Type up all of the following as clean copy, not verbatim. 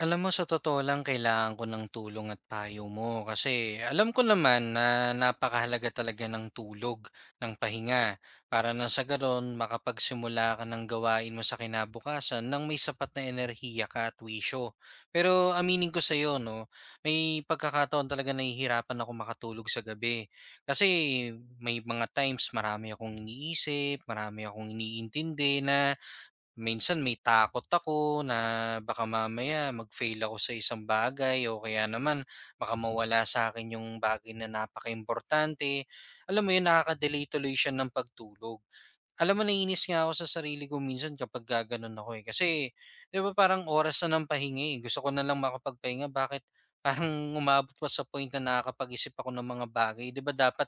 Alam mo, sa totoo lang kailangan ko ng tulong at payo mo kasi alam ko naman na napakahalaga talaga ng tulog, ng pahinga para na sa ganoon makapagsimula ka ng gawain mo sa kinabukasan nang may sapat na enerhiya ka at wisyo. Pero aminin ko sa iyo, no, may pagkakataon talaga nahihirapan ako makatulog sa gabi kasi may mga times marami akong iniisip, marami akong iniintindi na. Minsan may takot ako na baka mamaya mag-fail ako sa isang bagay o kaya naman baka mawala sa akin yung bagay na napaka importante. Alam mo yun, nakaka-delay tuloy siya ng pagtulog. Alam mo, naiinis nga ako sa sarili ko minsan kapagka gano'n ako, eh. Kasi 'di ba parang oras na ng pahinga, eh, gusto ko na lang makapagpahinga, bakit parang umabot pa sa point na nakakapag-isip ako ng mga bagay? 'Di ba dapat,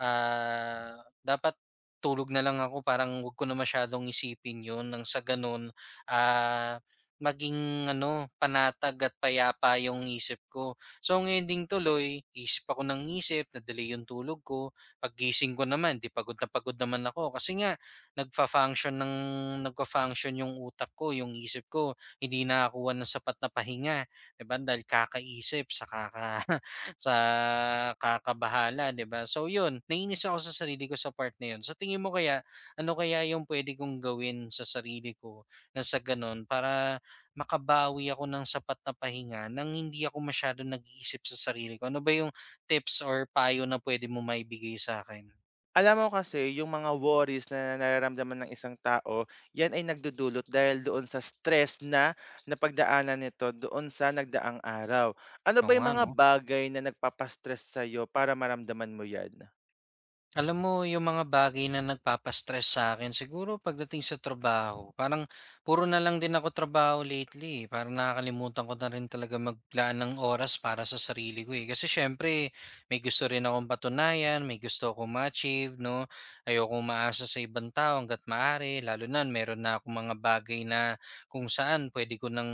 ah, dapat tulog na lang ako, parang 'wag ko na masyadong isipin 'yun nang sa gano'n, ah, maging ano, panatag at payapa 'yung isip ko. So ang ending tuloy, isip ako ng isip, na-delay 'yung tulog ko. Paggising ko naman, 'di pagod na pagod naman ako kasi nga nagfa-function ng nagfa-function yung utak ko, yung isip ko, hindi nakakuha ng sapat na pahinga, 'di ba? Dahil kakaisip sa sa kakabahala, 'di ba? So yun, nainis ako sa sarili ko sa part na yun. Sa tingin mo kaya, ano kaya yung pwede kong gawin sa sarili ko na sa ganun para makabawi ako ng sapat na pahinga nang hindi ako masyado nag-iisip sa sarili ko? Ano ba yung tips or payo na pwede mo maibigay sa akin? Alam mo kasi yung mga worries na nararamdaman ng isang tao, yan ay nagdudulot dahil doon sa stress na napagdaanan nito doon sa nagdaang araw. Ano ba Oo yung nga, mga no? bagay na nagpapastress sa'yo para maramdaman mo yan? Alam mo, yung mga bagay na nagpapastress sa akin, siguro pagdating sa trabaho. Parang puro na lang din ako trabaho lately, eh. Parang nakakalimutan ko na rin talaga maglaan ng oras para sa sarili ko, eh. Kasi siyempre may gusto rin akong patunayan, may gusto akong ma-achieve 'no. Ayoko maasa sa ibang tao hangga't maaari, lalo na meron na akong mga bagay na kung saan puwede ko ng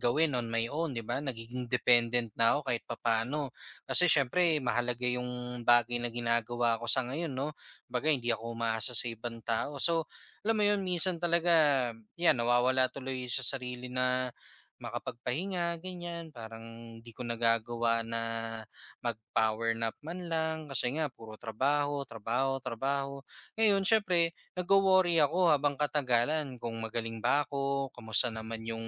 gawin on my own, 'di ba? Nagiging dependent na ako kahit papaano. Kasi siyempre mahalaga yung bagay na ginagawa ko sa ngayon 'no, kumbaga hindi ako umaasa sa ibang tao. So, alam mo yun, minsan talaga 'yan nawawala tuloy sa sarili na makapagpahinga ganyan, parang di ko nagagawa na mag-power nap man lang kasi nga puro trabaho, trabaho, trabaho. Ngayon siyempre nagwo-worry ako habang katagalan kung magaling ba ako, kamusta naman yung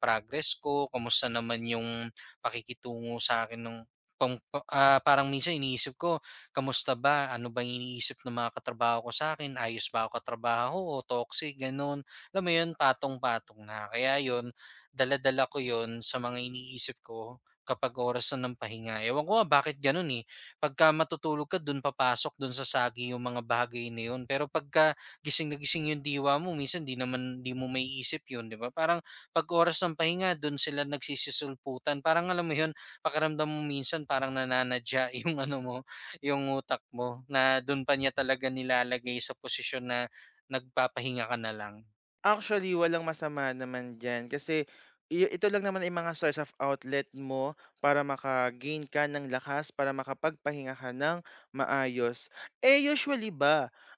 progress ko, kamusta naman yung pakikitungo sa'kin nung parang minsan iniisip ko, kamusta ba? Ano bang iniisip ng mga katrabaho ko sa'kin? Ayos ba ako katrabaho o toxic, gano'n. Alam mo 'yun, patong-patong na. Kaya 'yun, dala-dala ko 'yun sa mga iniisip ko kapag oras na ng pahinga. Ewan ko nga bakit gano'n, eh. Pagka matutulog ka, do'n papasok, dun sa sagi yung mga bagay na 'yun. Pero pagka gising na gising yung diwa mo minsan 'di naman 'di mo may isip 'yun, 'di ba? Parang 'pag oras ng pahinga do'n sila nagsisisulputan. Parang alam mo 'yun, pakiramdam mo minsan parang nananadya yung ano mo, yung utak mo na dun pa niya talaga nilalagay sa posisyon na nagpapahinga ka na lang. Actually, walang masama naman diyan kasi ito lang naman ay mga source of outlet mo para maka-gain ka ng lakas, para makapagpahinga ka ng maayos. Eh, usually ba,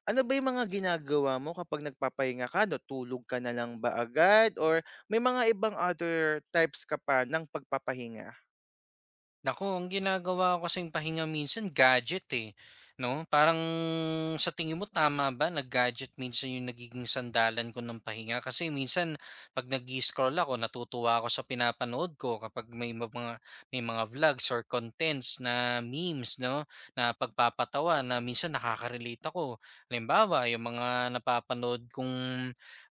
ano ba yung mga ginagawa mo kapag nagpapahinga ka? Natulog ka na lang ba agad or may mga ibang other types ka pa ng pagpapahinga? Nako, ang ginagawa ko kasing pahinga minsan gadget, eh, 'no? Parang sa tingin mo tama ba na gadget minsan yung nagiging sandalan ko ng pahinga? Kasi minsan 'pag nag-i-scroll ako natutuwa ako sa pinapanood ko kapag may ma mga may mga vlogs or contents na memes, 'no, na pagpapatawa na minsan nakaka-relate ako. Halimbawa, yung mga napapanood kong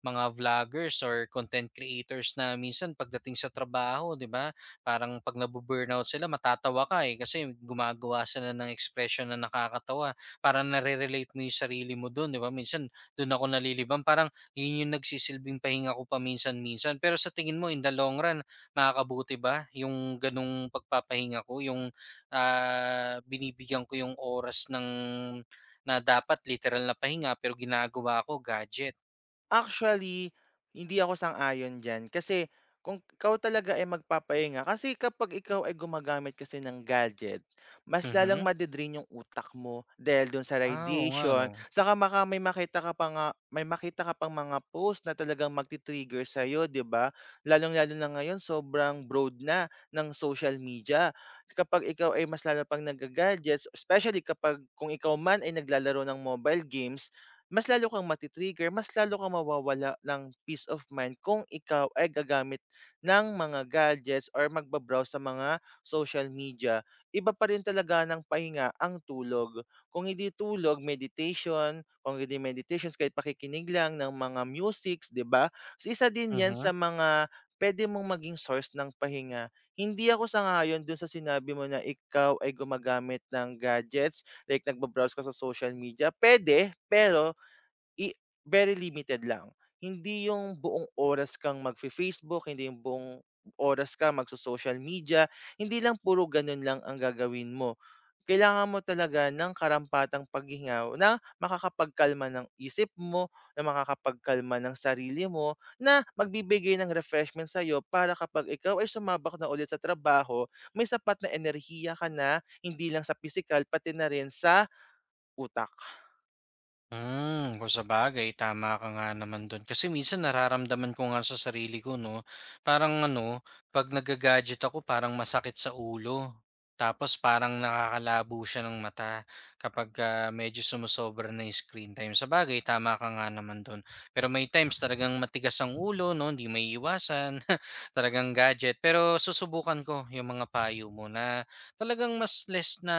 mga vloggers or content creators na minsan pagdating sa trabaho, 'di ba, parang 'pag nabu-burnout sila matatawa ka, eh, kasi gumagawa sila ng expression na nakakatawa. Parang nare-relate mo yung sarili mo dun, 'di ba? Minsan dun ako nalilibang, parang yun yung nagsisilbing pahinga ko paminsan-minsan. Pero sa tingin mo in the long run, makakabuti ba yung ganung pagpapahinga ko, yung, binibigyan ko yung oras ng na dapat literal na pahinga pero ginagawa ko gadget? Actually, hindi ako sang-ayon diyan kasi kung ikaw talaga ay magpapahinga kasi kapag ikaw ay gumagamit kasi ng gadget, mas lalang Mhm. made-drain yung utak mo dahil dun sa Ah, oo nga 'no. radiation, saka may makita ka pa nga may makita ka pang mga post na talagang magti-trigger sa'yo, 'di ba? Lalong-lalo na ngayon sobrang broad na ng social media. Kapag ikaw ay mas lalo pang nagga-gadgets, especially kapag kung ikaw man ay naglalaro ng mobile games, mas lalo kang mati-trigger, mas lalo kang mawawala ng peace of mind kung ikaw ay gagamit ng mga gadgets or magbabrowse sa mga social media. Iba pa rin talaga ng pahinga ang tulog. Kung hindi tulog, meditation, kung hindi meditations, kahit pakikinig lang ng mga musics, di ba? So, isa din yan sa Mhm. mga pwede mong maging source ng pahinga. Hindi ako sangayon dun sa sinabi mo na ikaw ay gumagamit ng gadgets, like nagbabrowse ka sa social media. Pwede, pero I very limited lang. Hindi yung buong oras kang mag facebook hindi yung buong oras ka magso-social media, hindi lang puro ganun lang ang gagawin mo. Kailangan mo talaga ng karampatang paghinga na makakapagkalma ng isip mo, na makakapagkalma ng sarili mo, na magbibigay ng refreshment sa'yo para kapag ikaw ay sumabak na ulit sa trabaho, may sapat na enerhiya ka na, hindi lang sa physical pati na rin sa utak. Hmm, kung sabagay tama ka nga naman dun. Kasi minsan nararamdaman ko nga sa sarili ko 'no, parang ano, 'pag nagga ako parang masakit sa ulo. Tapos parang nakakalabo siya ng mata kapagka medyo sumosobra na yung screen time. Sabagay tama ka nga naman dun. Pero may times talagang matigas ang ulo 'no, hindi maiiwasan, talagang gadget. Pero susubukan ko yung mga payo mo na talagang mas less na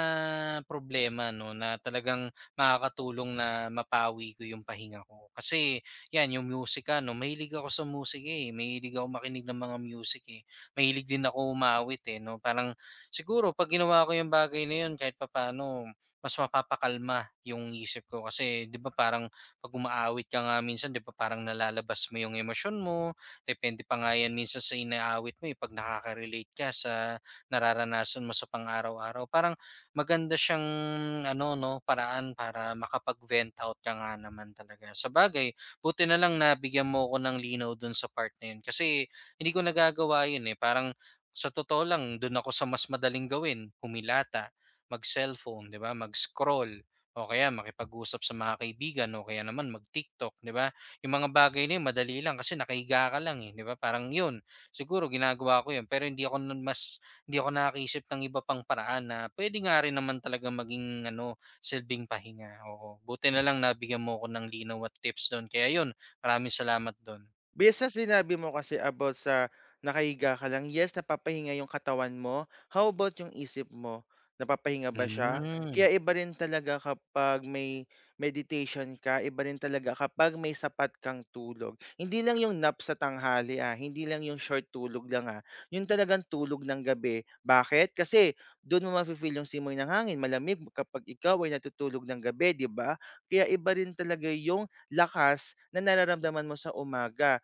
problema 'no, na talagang makakatulong na mapawi ko yung pahinga ko. Kasi yan, yung musika, no? Mahilig ako sa musika, eh. Mahilig ako makinig ng mga music, eh. Mahilig din ako umawit, eh, no? Parang siguro pag ginawa ko yung bagay na yun, kahit papaano, mas mapapakalma yung isip ko. Kasi, di ba parang pag umaawit ka nga minsan, di ba parang nalalabas mo yung emosyon mo? Depende pa nga yan minsan sa inaawit mo, eh, pag nakaka-relate ka sa nararanasan mo sa pang-araw-araw. Parang maganda siyang ano 'no, paraan para makapag-vent out ka nga naman talaga sa bagay. Buti na lang nabigyan mo ko ng linaw dun sa part na yun kasi hindi ko nagagawa yun, eh. Parang sa totoo lang dun ako sa mas madaling gawin, humilata, mag-cellphone, 'di ba, mag-scroll o kaya makipag-usap sa mga kaibigan o kaya naman mag-TikTok, 'di ba? Yung mga bagay na yun madali lang kasi nakahiga ka lang, eh, 'di ba? Parang yun, siguro ginagawa ko yun pero hindi ako nakakaisip ng iba pang paraan na pwede nga rin naman talaga maging ano, silbing pahinga, oo. Buti na lang nabigyan mo ko ng linaw at tips do'n, kaya 'yun, maraming salamat do'n. Based sa sinabi mo kasi about sa nakahiga ka lang, yes, napapahinga yung katawan mo. How about yung isip mo? Napapahinga ba siya? Hmm, Kaya iba rin talaga kapag may meditation ka, iba rin talaga kapag may sapat kang tulog. Hindi lang yung nap sa tanghali ah, hindi lang yung short tulog lang ah. Yung talagang tulog ng gabi. Bakit? Kasi doon mo mafe-feel yung simoy ng hangin, malamig kapag ikaw ay natutulog ng gabi, di ba? Kaya iba rin talaga yung lakas na nararamdaman mo sa umaga.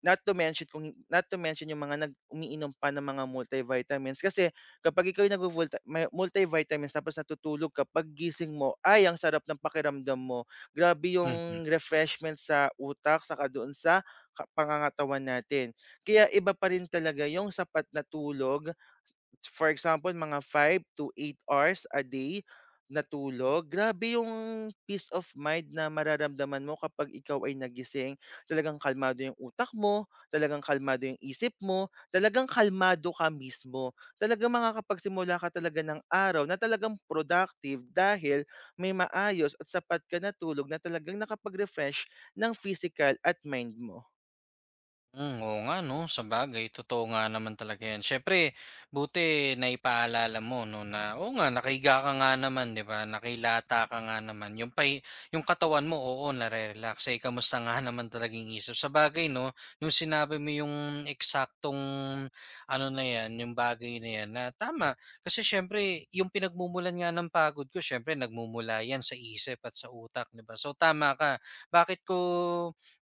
Not to mention kung hin not to mention yung mga nag umiinom pa ng mga multivitamins kasi kapag ikaw yung nagvovulti may multivitamins tapos natutulog ka, pag gising mo, ay ang sarap ng pakiramdam mo. Grabe mhm. yung refreshment sa utak saka doon sa ka pangangatawan natin. Kaya iba pa rin talaga yung sapat na tulog. For example, mga 5 to 8 hours a day na tulog, grabe yung peace of mind na mararamdaman mo kapag ikaw ay nagising. Talagang kalmado yung utak mo, talagang kalmado yung isip mo, talagang kalmado ka mismo. Talagang makakapagsimula ka talaga ng araw na talagang productive dahil may maayos at sapat ka na tulog na talagang nakapag-refresh ng physical at mind mo. Hmm, oo nga 'no, sabagay totoo nga naman talaga 'yan. Siyempre buti naipaalala mo 'no na, oo nga nakahiga ka nga naman 'di ba, nakilata ka nga naman, yung katawan mo, oo nare-relax, eh, kamusta nga naman talaga yung isip. Sa bagay 'no, yung sinabi mo yung eksaktong ano na 'yan, yung bagay na 'yan na tama. Kasi siyempre yung pinagmumulan nga ng pagod ko siyempre nagmumula 'yan sa isip at sa utak, 'di ba. So tama ka, bakit ko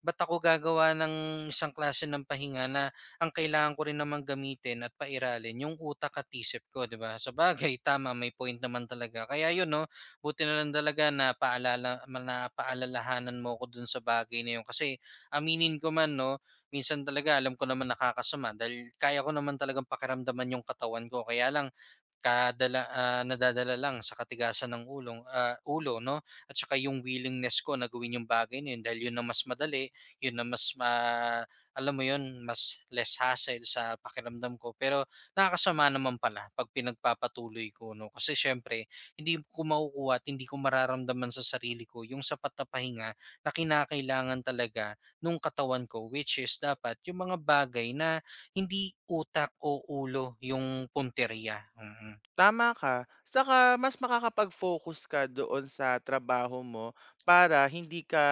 ba't ako gagawa ng isang klase ng pahinga na ang kailangan ko rin naman gamitin at pairalin yung utak at isip ko, 'di ba? Sa bagay tama, may point naman talaga. Kaya 'yun 'no, buti na lang talaga na paalalahanan mo ko dun sa bagay na 'yun kasi aminin ko man 'no, minsan talaga alam ko naman nakakasama dahil kaya ko naman talagang pakiramdaman yung katawan ko, kaya lang nadadala lang sa katigasan ng ulo 'no, at saka yung willingness ko na gawin yung bagay na 'yun dahil 'yun ang mas madali, yun na mas ma alam mo yun, mas less hassle sa pakiramdam ko. Pero nakakasama naman pala 'pag pinagpapatuloy ko 'no, kasi siyempre hindi ko makukuha at hindi ko mararamdaman sa sarili ko yung sapat na pahinga na kinakailangan talaga nung katawan ko, which is dapat yung mga bagay na hindi utak o ulo yung punteriya, mm. Tama ka. Saka mas makakapag-focus ka doon sa trabaho mo para hindi ka,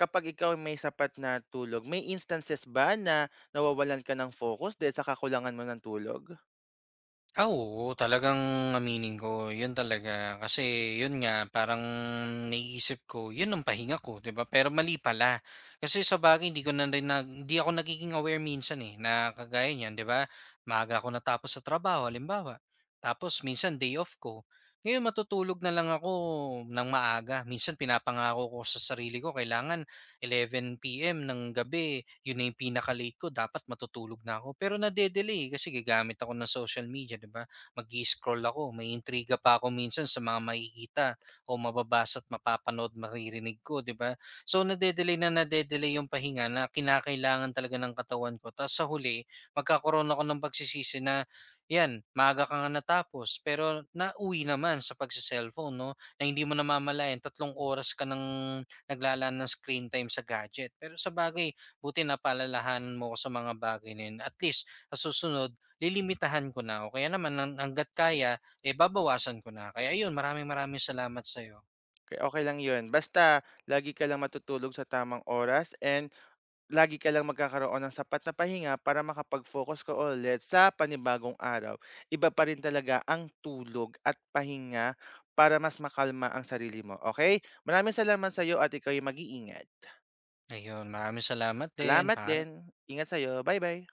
kapag ikaw may sapat na tulog, may instances ba na nawawalan ka ng focus dahil sa kakulangan mo ng tulog? Ah, oo, talagang aminin ko, yun talaga. Kasi yun nga, parang naiisip ko, yun ang pahinga ko, 'di ba? Pero mali pala. Kasi sa bagay, hindi ko na rin, hindi ako nagiging aware minsan eh, na kagaya niyan, 'di ba? Maaga ako natapos sa trabaho, halimbawa. Tapos minsan day off ko. Ngayon matutulog na lang ako ng maaga. Minsan pinapangako ko sa sarili ko, kailangan 11:00 PM ng gabi, yun na yung pinaka-late ko dapat matutulog na ako. Pero nade-delay kasi gagamit ako ng social media, 'di ba? Mag scroll ako, may intriga pa ako minsan sa mga makikita o mababasa at mapapanood, maririnig ko, 'di ba? So nade-delay na nade-delay yung pahinga na kinakailangan talaga ng katawan ko, tapos sa huli magkakaroon ako ng pagsisisi na, "'Yan, maaga ka nga natapos pero nauwi naman sa pagse-cellphone 'no?" Na hindi mo namamalayan, 3 oras ka ng naglalaan ng screen time sa gadget. Pero sa sabagay, buti napaalalahanan mo ko sa mga bagay na yun. At least, sa susunod, lilimitahan ko na. O kaya naman, hanggat kaya, eh babawasan ko na. Kaya yun, maraming maraming salamat sa'yo. Okey, okay lang 'yun basta lagi ka lang matutulog sa tamang oras, and lagi ka lang magkakaroon ng sapat na pahinga para makapag-focus ka ulit sa panibagong araw. Iba pa rin talaga ang tulog at pahinga para mas makalma ang sarili mo, okey? Maraming salamat sa'yo at ikaw ay mag-iingat. Ayun, maraming salamat din. Salamat din. Paalam. Ingat sa'yo. Bye-bye.